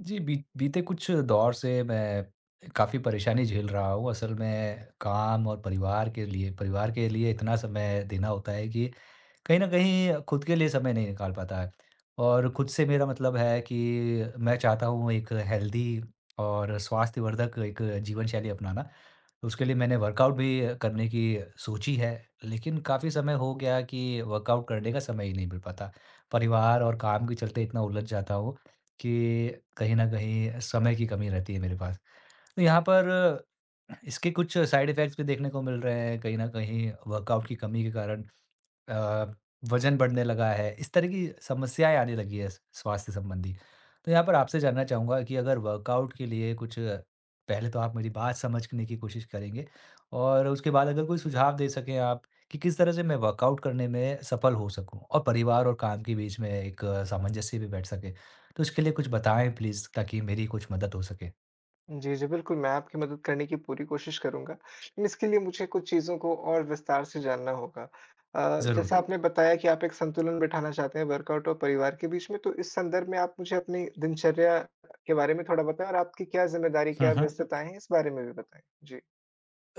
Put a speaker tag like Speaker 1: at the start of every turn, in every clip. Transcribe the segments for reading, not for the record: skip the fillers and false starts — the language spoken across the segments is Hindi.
Speaker 1: जी, बीते कुछ दौर से मैं काफ़ी परेशानी झेल रहा हूँ। असल में काम और परिवार के लिए इतना समय देना होता है कि कहीं न कहीं खुद के लिए समय नहीं निकाल पाता है। और खुद से मेरा मतलब है कि मैं चाहता हूँ एक हेल्दी और स्वास्थ्यवर्धक एक जीवन शैली अपनाना। उसके लिए मैंने वर्कआउट भी करने की सोची है, लेकिन काफ़ी समय हो गया कि वर्कआउट करने का समय ही नहीं मिल पाता। परिवार और काम के चलते इतना उलझ जाता हूँ कि कहीं न कहीं समय की कमी रहती है मेरे पास। तो यहाँ पर इसके कुछ साइड इफ़ेक्ट्स भी देखने को मिल रहे हैं, कहीं न कहीं वर्कआउट की कमी के कारण अ, वजन बढ़ने लगा है, इस तरह की समस्याएँ आने लगी है स्वास्थ्य संबंधी। तो यहाँ पर आपसे जानना चाहूँगा कि अगर वर्कआउट के लिए कुछ, पहले तो आप मेरी बात समझने की कोशिश करेंगे और उसके बाद अगर कोई सुझाव दे सकें आप कि किस तरह से मैं वर्कआउट करने में सफल हो सकूँ और परिवार और काम के बीच में एक सामंजस्य भी बैठ सके। तो इसके लिए कुछ बताएँ प्लीज़ ताकि मेरी कुछ मदद हो सके।
Speaker 2: जी, जी, बिल्कुल, मैं आपकी मदद करने की पूरी कोशिश करूँगा। लेकिन इसके लिए मुझे कुछ चीज़ों को और विस्तार से जानना होगा।
Speaker 1: ज़रूर।
Speaker 2: जैसा हुँ। आपने बताया कि आप एक संतुलन बिठाना चाहते हैं वर्कआउट और परिवार के बीच में, तो इस संदर्भ में आप मुझे अपनी दिनचर्या के बारे में थोड़ा बताएँ और आपकी क्या ज़िम्मेदारी,
Speaker 1: हुँ,
Speaker 2: क्या
Speaker 1: हुँ।
Speaker 2: व्यस्तताएँ हैं, इस बारे में भी बताएँ? जी।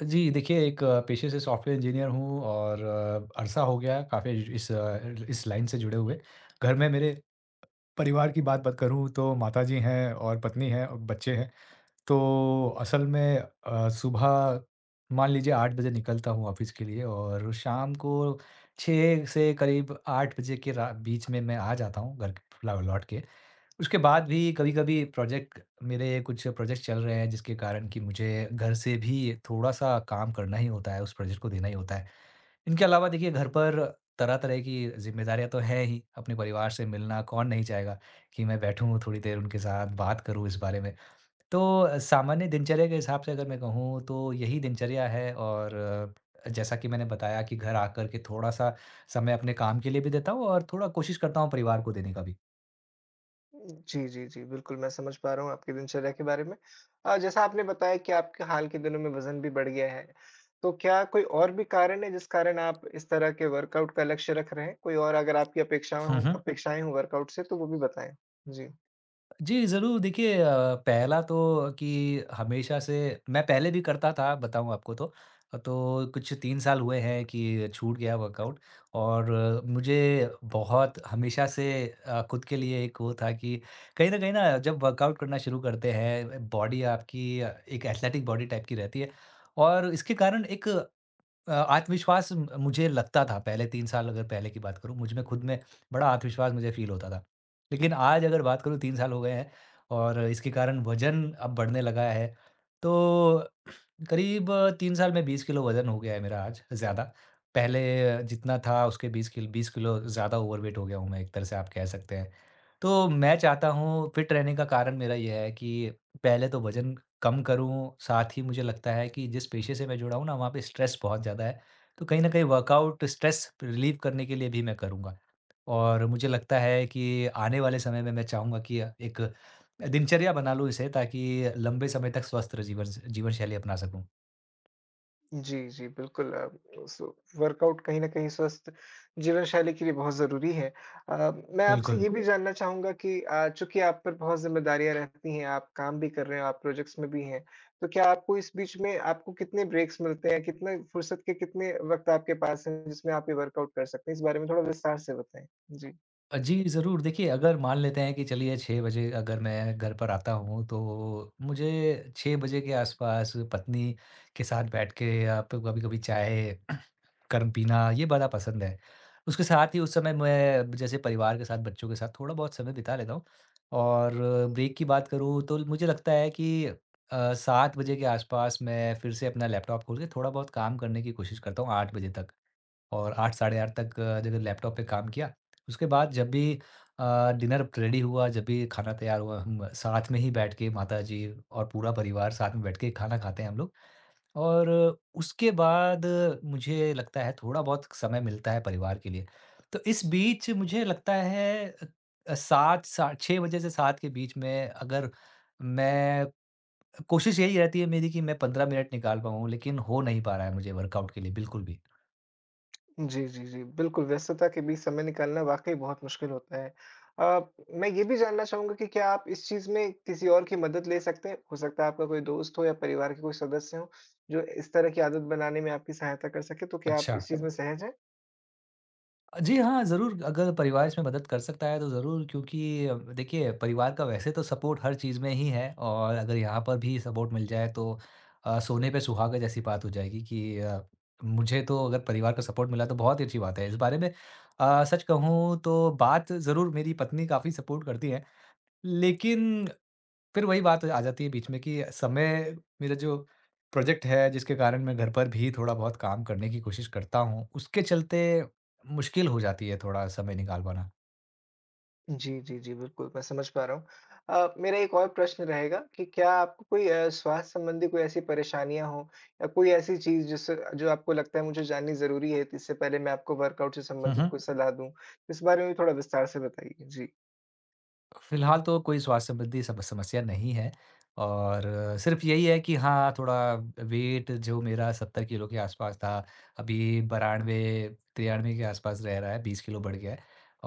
Speaker 1: जी, देखिए एक पेशे से सॉफ्टवेयर इंजीनियर हूँ और अरसा हो गया काफ़ी इस लाइन से जुड़े हुए। घर में मेरे परिवार की बात बात करूँ तो माताजी हैं और पत्नी है और बच्चे हैं। तो असल में सुबह मान लीजिए 8 बजे निकलता हूँ ऑफ़िस के लिए और शाम को 6 से करीब 8 बजे के रा बीच में मैं आ जाता हूँ घर लौ लौट के। उसके बाद भी कभी-कभी प्रोजेक्ट, मेरे कुछ प्रोजेक्ट चल रहे हैं जिसके कारण कि मुझे घर से भी थोड़ा-सा काम करना ही होता है, उस प्रोजेक्ट को देना ही होता है। इनके अलावा देखिए घर पर तरह-तरह की ज़िम्मेदारियाँ तो हैं ही, अपने परिवार से मिलना कौन नहीं चाहेगा कि मैं बैठूँ थोड़ी देर उनके साथ बात करूँ इस बारे में। तो सामान्य दिनचर्या के हिसाब से अगर मैं कहूँ तो यही दिनचर्या है। और जैसा कि मैंने बताया कि घर आकर के थोड़ा-सा समय अपने काम के लिए भी देता हूँ और थोड़ा कोशिश करता हूँ परिवार को देने का भी।
Speaker 2: जी, जी, जी। बिल्कुल, मैं समझ पा रहा हूँ आपकी दिनचर्या के बारे में। जैसा आपने बताया कि आपके हाल के दिनों में वज़न भी बढ़ गया है, तो क्या कोई और भी कारण है जिस कारण आप इस तरह के वर्कआउट का लक्ष्य रख रहे हैं? कोई और अगर आपकी अपेक्षाएँ
Speaker 1: हुँ,
Speaker 2: हों
Speaker 1: हुँ।
Speaker 2: अपेक्षाएँ हों वर्कआउट से तो वो भी बताएँ? जी।
Speaker 1: जी, ज़रूर। देखिए पहला तो कि हमेशा से मैं पहले भी करता था, बताऊँ आपको तो। तो कुछ 3 साल हुए हैं कि छूट गया वर्कआउट। और मुझे बहुत हमेशा से खुद के लिए एक वो था कि कहीं न कहीं ना जब वर्कआउट करना शुरू करते हैं, बॉडी आपकी एक एथलेटिक बॉडी टाइप की रहती है। और इसके कारण एक आत्मविश्वास म मुझे लगता था पहले 3 साल अगर पहले की बात करूँ, मुझ में खुद में बड़ा आत्मविश्वास मुझे फ़ील होता था। लेकिन आज अगर बात करूँ 3 साल हो गए हैं और इसके कारण वज़न अब बढ़ने लगा है। तो करीब 3 साल में 20 किलो वज़न हो गया है मेरा आज ज़्यादा। पहले जितना था उसके 20 किलो ज़्यादा ओवरवेट हो गया हूँ मैं एक तरह से आप कह सकते हैं। तो मैं चाहता हूँ फ़िट रहने का कारण मेरा ये है कि पहले तो वज़न कम करूँ, साथ ही मुझे लगता है कि जिस पेशे से मैं जुड़ा हूँ ना, वहाँ पे स्ट्रेस बहुत ज़्यादा है। तो कहीं न कहीं वर्कआउट स्ट्रेस रिलीव करने के लिए भी मैं करूँगा। और मुझे लगता है कि आने वाले समय में मैं चाहूँगा कि एक दिनचर्या बना लूँ इसे ताकि लंबे समय तक स्वस्थ र जीवन स जीवन शैली अपना सकूँ।
Speaker 2: जी, जी, बिल्कुल, सो वर्कआउट कहीं न कहीं स्वस्थ जीवन शैली के लिए बहुत ज़रूरी है। मैं आपसे
Speaker 1: बिल्कुल।
Speaker 2: ये भी जानना चाहूँगा कि चूँकि आप पर बहुत ज़िम्मेदारियाँ रहती हैं, आप काम भी कर रहे हैं, आप प्रोजेक्ट्स में भी हैं, तो क्या आपको इस बीच में आपको कितने ब्रेक्स मिलते हैं? कितने फुर्सत के कितने वक़्त आपके पास हैं, जिसमें आप ये वर्कआउट कर सकते हैं? इस बारे में थोड़ा विस्तार से बताएँ। जी।
Speaker 1: जी, ज़रूर। देखिए, अगर मान लेते हैं कि चलिए 6 बजे अगर मैं घर पर आता हूँ, तो मुझे 6 बजे के आसपास पत्नी के साथ बैठ के आप कभी-कभी चाय गर्म पीना, ये बड़ा पसंद है। उसके साथ ही उस समय मैं जैसे परिवार के साथ, बच्चों के साथ थोड़ा-बहुत समय बिता लेता हूँ। और ब्रेक की बात करूँ, तो मुझे लगता है कि 7 बजे के आसपास मैं फिर से अपना लैपटॉप खोल के थोड़ा-बहुत काम करने की कोशिश करता हूँ, 8 बजे तक। और 8 साढ़े 8 तक जब लैपटॉप पे काम किया, उसके बाद जब भी डिनर रेडी हुआ, जब भी खाना तैयार हुआ, हम साथ में ही बैठ के माताजी और पूरा परिवार साथ में बैठ के खाना खाते हैं हम लोग। और उसके बाद मुझे लगता है थोड़ा-बहुत समय मिलता है परिवार के लिए। तो इस बीच मुझे लगता है 7 सा 6 बजे से 7 के बीच में अगर मैं कोशिश यही रहती है मेरी कि मैं 15 मिनट निकाल पाऊँ, लेकिन हो नहीं पा रहा है मुझे वर्कआउट के लिए बिल्कुल भी।
Speaker 2: जी, जी, जी। बिल्कुल, व्यस्तता के बीच समय निकालना वाक़ई बहुत मुश्किल होता है। अ, मैं ये भी जानना चाहूँगा कि क्या आप इस चीज़ में किसी और की मदद ले सकते हैं? हो सकता है आपका कोई दोस्त हो या परिवार के कोई सदस्य हों, जो इस तरह की आदत बनाने में आपकी सहायता कर सकें, तो क्या आप
Speaker 1: अच्छा।
Speaker 2: इस चीज़ में सहज हैं?
Speaker 1: जी हाँ, ज़रूर अगर परिवार इसमें मदद कर सकता है तो ज़रूर क्योंकि देखिए परिवार का वैसे तो सपोर्ट हर चीज़ में ही है और अगर यहाँ पर भी सपोर्ट मिल जाए तो सोने पे सुहागा जैसी बात हो जाएगी कि मुझे तो अगर परिवार का सपोर्ट मिला तो बहुत ही अच्छी बात है। इस बारे में सच कहूँ तो बात ज़रूर मेरी पत्नी काफ़ी सपोर्ट करती है। लेकिन फिर वही बात आ जाती है बीच में कि समय मेरा जो प्रोजेक्ट है जिसके कारण मैं घर पर भी थोड़ा बहुत काम करने की कोशिश करता हूँ उसके चलते मुश्किल हो जाती है थोड़ा समय निकाल पाना।
Speaker 2: जी, जी, जी, बिल्कुल, मैं समझ पा रहा हूँ। मेरा एक और प्रश्न रहेगा कि क्या आपको कोई स्वास्थ्य संबंधी कोई ऐसी परेशानियाँ हों या कोई ऐसी चीज़ जिससे जो आपको लगता है मुझे जाननी ज़रूरी है, तो इससे पहले मैं आपको वर्कआउट से
Speaker 1: हुँ,
Speaker 2: संबंधित
Speaker 1: हुँ।
Speaker 2: कोई सलाह दूँ? इस बारे में भी थोड़ा विस्तार से बताइए। जी।
Speaker 1: फिलहाल तो कोई स्वास्थ्य संबंधी सम समस्या नहीं है और सिर्फ़ यही है कि हाँ, थोड़ा वेट जो मेरा 70 किलो के आसपास था, अभी 92-93 के आसपास रह रहा है, 20 किलो बढ़ गया है।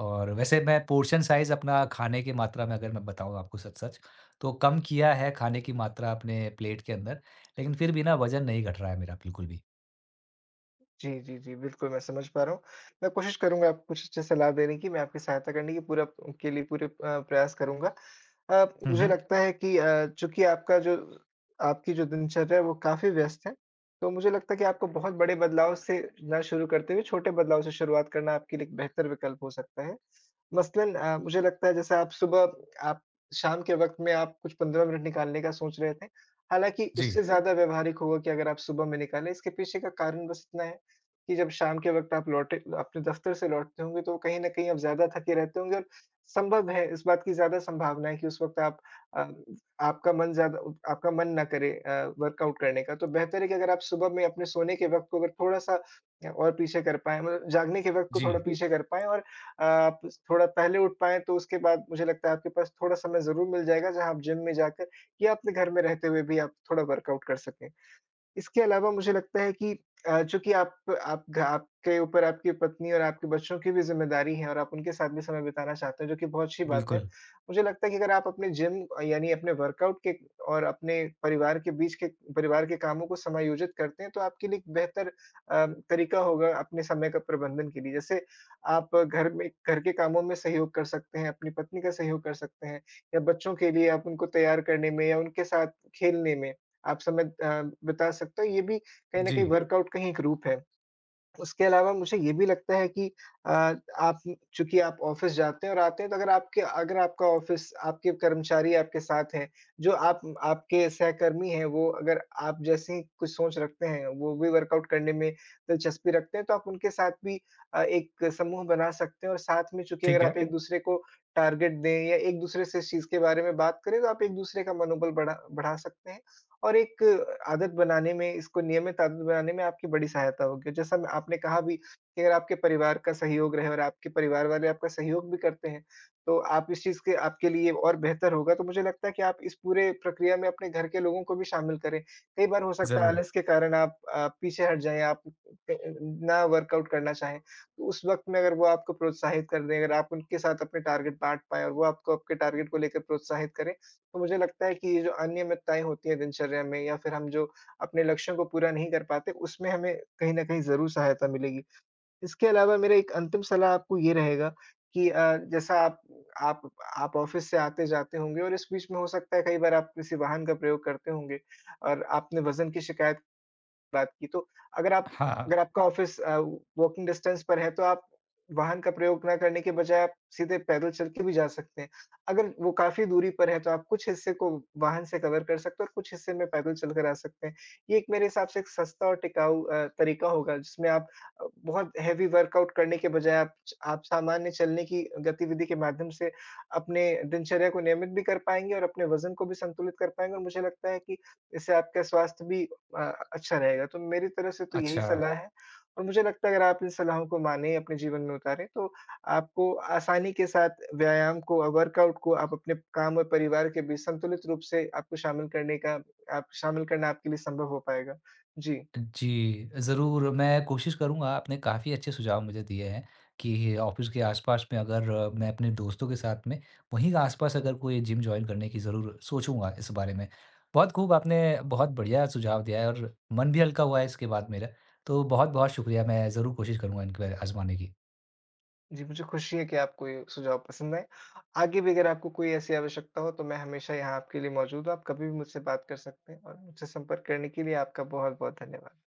Speaker 1: और वैसे मैं पोर्शन साइज़ अपना खाने की मात्रा में अगर मैं बताऊँ आपको सच-सच, तो कम किया है खाने की मात्रा अपने प्लेट के अंदर, लेकिन फिर भी ना वज़न नहीं घट रहा है मेरा बिल्कुल भी।
Speaker 2: जी, जी, जी। बिल्कुल, मैं समझ पा रहा हूँ। मैं कोशिश करूँगा आपको कुछ अच्छी सलाह देने की, मैं आपकी सहायता करने की पूरा के लिए पूरे प्रयास करूँगा। अ,
Speaker 1: हुँ,
Speaker 2: मुझे
Speaker 1: हुँ।
Speaker 2: लगता है कि चूँकि आपका जो आपकी जो दिनचर्या है वो काफ़ी व्यस्त है, तो मुझे लगता है कि आपको बहुत बड़े बदलाव से ना शुरू करते हुए छोटे बदलाव से शुरुआत करना आपके लिए एक बेहतर विकल्प हो सकता है। मसलन मुझे लगता है जैसे आप शाम के वक़्त में आप कुछ 15 मिनट निकालने का सोच रहे थे। हालाँकि उससे
Speaker 1: जी,
Speaker 2: ज़्यादा व्यावहारिक होगा कि अगर आप सुबह में निकालें, इसके पीछे का कारण बस इतना है कि जब शाम के वक़्त आप लौटे अपने दफ़्तर से लौटते होंगे तो कहीं न कहीं आप ज़्यादा थके रहते होंगे और संभव है इस बात की ज़्यादा संभावना है कि उस वक़्त आप अ, आपका मन ज़्यादा आपका मन ना करे वर्कआउट करने का। तो बेहतर है कि अगर आप सुबह में अपने सोने के वक़्त को अगर थोड़ा-सा और पीछे कर पाएँ, मतलब जागने के वक़्त को थोड़ा
Speaker 1: जी,
Speaker 2: पीछे कर पाएँ और आप थोड़ा पहले उठ पाएँ, तो उसके बाद मुझे लगता है आपके पास थोड़ा समय ज़रूर मिल जाएगा, जहाँ आप जिम में जाकर या अपने घर में रहते हुए भी आप थोड़ा वर्कआउट कर सकें। इसके अलावा मुझे लगता है कि चूँकि आप घ आपके ऊपर आपकी पत्नी और आपके बच्चों की भी ज़िम्मेदारी है और आप उनके साथ भी समय बिताना चाहते हैं, जो कि बहुत अच्छी बात है।
Speaker 1: बिल्कुल।
Speaker 2: मुझे लगता है कि अगर आप अपने जिम यानी अपने वर्कआउट के और अपने परिवार के बीच के परिवार के कामों को समायोजित करते हैं, तो आपके लिए एक बेहतर तरीका होगा अपने समय का प्रबंधन के लिए। जैसे आप घर के कामों में सहयोग कर सकते हैं, अपनी पत्नी का सहयोग कर सकते हैं या बच्चों के लिए आप उनको तैयार करने में या उनके साथ खेलने में आप समय बिता सकते हो, ये भी कहीं न कहीं
Speaker 1: जी,
Speaker 2: वर्कआउट का ही एक रूप है। उसके अलावा मुझे ये भी लगता है कि अ, आप चूँकि आप ऑफ़िस जाते हैं और आते हैं, तो अगर आपका ऑफ़िस आपके कर्मचारी आपके साथ हैं, जो आप आपके सहकर्मी हैं, वो अगर आप जैसी कुछ सोच रखते हैं, वो भी वर्कआउट करने में दिलचस्पी रखते हैं, तो आप उनके साथ भी एक समूह बना सकते हैं और साथ में, चूँकि अगर
Speaker 1: ठीक है,
Speaker 2: आप एक-दूसरे को टारगेट दें या एक-दूसरे से इस चीज़ के बारे में बात करें, तो आप एक-दूसरे का मनोबल बढ़ा बढ़ा सकते हैं। और एक आदत बनाने में इसको नियमित आदत बनाने में आपकी बड़ी सहायता होगी। जैसा म आपने कहा भी कि अगर आपके परिवार का सहयोग रहे और आपके परिवार वाले आपका सहयोग भी करते हैं, तो आप इस चीज़ के आपके लिए और बेहतर होगा। तो मुझे लगता है कि आप इस पूरे प्रक्रिया में अपने घर के लोगों को भी शामिल करें। कई बार हो सकता है
Speaker 1: ज़रूर।
Speaker 2: आलस के कारण आप पीछे हट जाएँ, आप क ना वर्कआउट करना चाहें। तो उस वक़्त में अगर वो आपको प्रोत्साहित कर दें, अगर आप उनके साथ अपने टारगेट बाँट पाएँ और वो आपको आपके टारगेट को लेकर प्रोत्साहित करें, तो मुझे लगता है कि ये जो अनियमितताएँ होती हैं दिनचर्या में या फिर हम जो अपने लक्ष्यों को पूरा नहीं कर पाते, उसमें हमें कहीं न कहीं ज़रूर सहायता मिलेगी। इसके अलावा मेरा एक अंतिम सलाह आपको ये रहेगा कि जैसा आप आप ऑफ़िस से आते-जाते होंगे और इस बीच में हो सकता है कई बार आप किसी वाहन का प्रयोग करते होंगे और आपने वज़न की शिकायत बात की, तो अगर आप
Speaker 1: हाँ, हाँ।
Speaker 2: अगर आपका ऑफ़िस वॉकिंग डिस्टेंस पर है, तो आप वाहन का प्रयोग ना करने के बजाय आप सीधे पैदल चल के भी जा सकते हैं। अगर वो काफ़ी दूरी पर है, तो आप कुछ हिस्से को वाहन से कवर कर सकते हो और कुछ हिस्से में पैदल चलकर आ सकते हैं। ये एक मेरे हिसाब से एक सस्ता और टिकाऊ तरीका होगा, जिसमें आप बहुत हेवी वर्कआउट करने के बजाय आप सामान्य चलने की गतिविधि के माध्यम से अपने दिनचर्या को नियमित भी कर पाएँगे और अपने वज़न को भी संतुलित कर पाएँगे और मुझे लगता है कि इससे आपका स्वास्थ्य भी अ, अच्छा रहेगा। तो मेरी तरफ से तो यही
Speaker 1: अच्छा।
Speaker 2: सलाह है और मुझे लगता है, अगर आप इन सलाहों को मानें, अपने जीवन में उतारें, तो आपको आसानी के साथ व्यायाम को वर्कआउट को आप अपने काम और परिवार के बीच संतुलित रूप से आपको शामिल करने का आप शामिल करना आपके लिए संभव हो पाएगा। जी।
Speaker 1: जी, ज़रूर मैं कोशिश करूँगा, आपने काफ़ी अच्छे सुझाव मुझे दिए हैं कि ऑफ़िस के आस-पास में अगर मैं अपने दोस्तों के साथ में वहीं के आस-पास अगर कोई जिम जॉइन करने की ज़रूर सोचूँगा इस बारे में। बहुत खूब आपने बहुत बढ़िया सुझाव दिया है और मन भी हल्का हुआ है इसके बाद मेरा। तो बहुत-बहुत शुक्रिया, मैं ज़रूर कोशिश करूँगा इनको आज़माने की।
Speaker 2: जी, मुझे खुशी है कि आपको ये सुझाव पसंद आए। आगे भी अगर आपको कोई ऐसी आवश्यकता हो, तो मैं हमेशा यहाँ आपके लिए मौजूद हूँ। आप कभी भी मुझसे बात कर सकते हैं और मुझसे संपर्क करने के लिए आपका बहुत-बहुत धन्यवाद।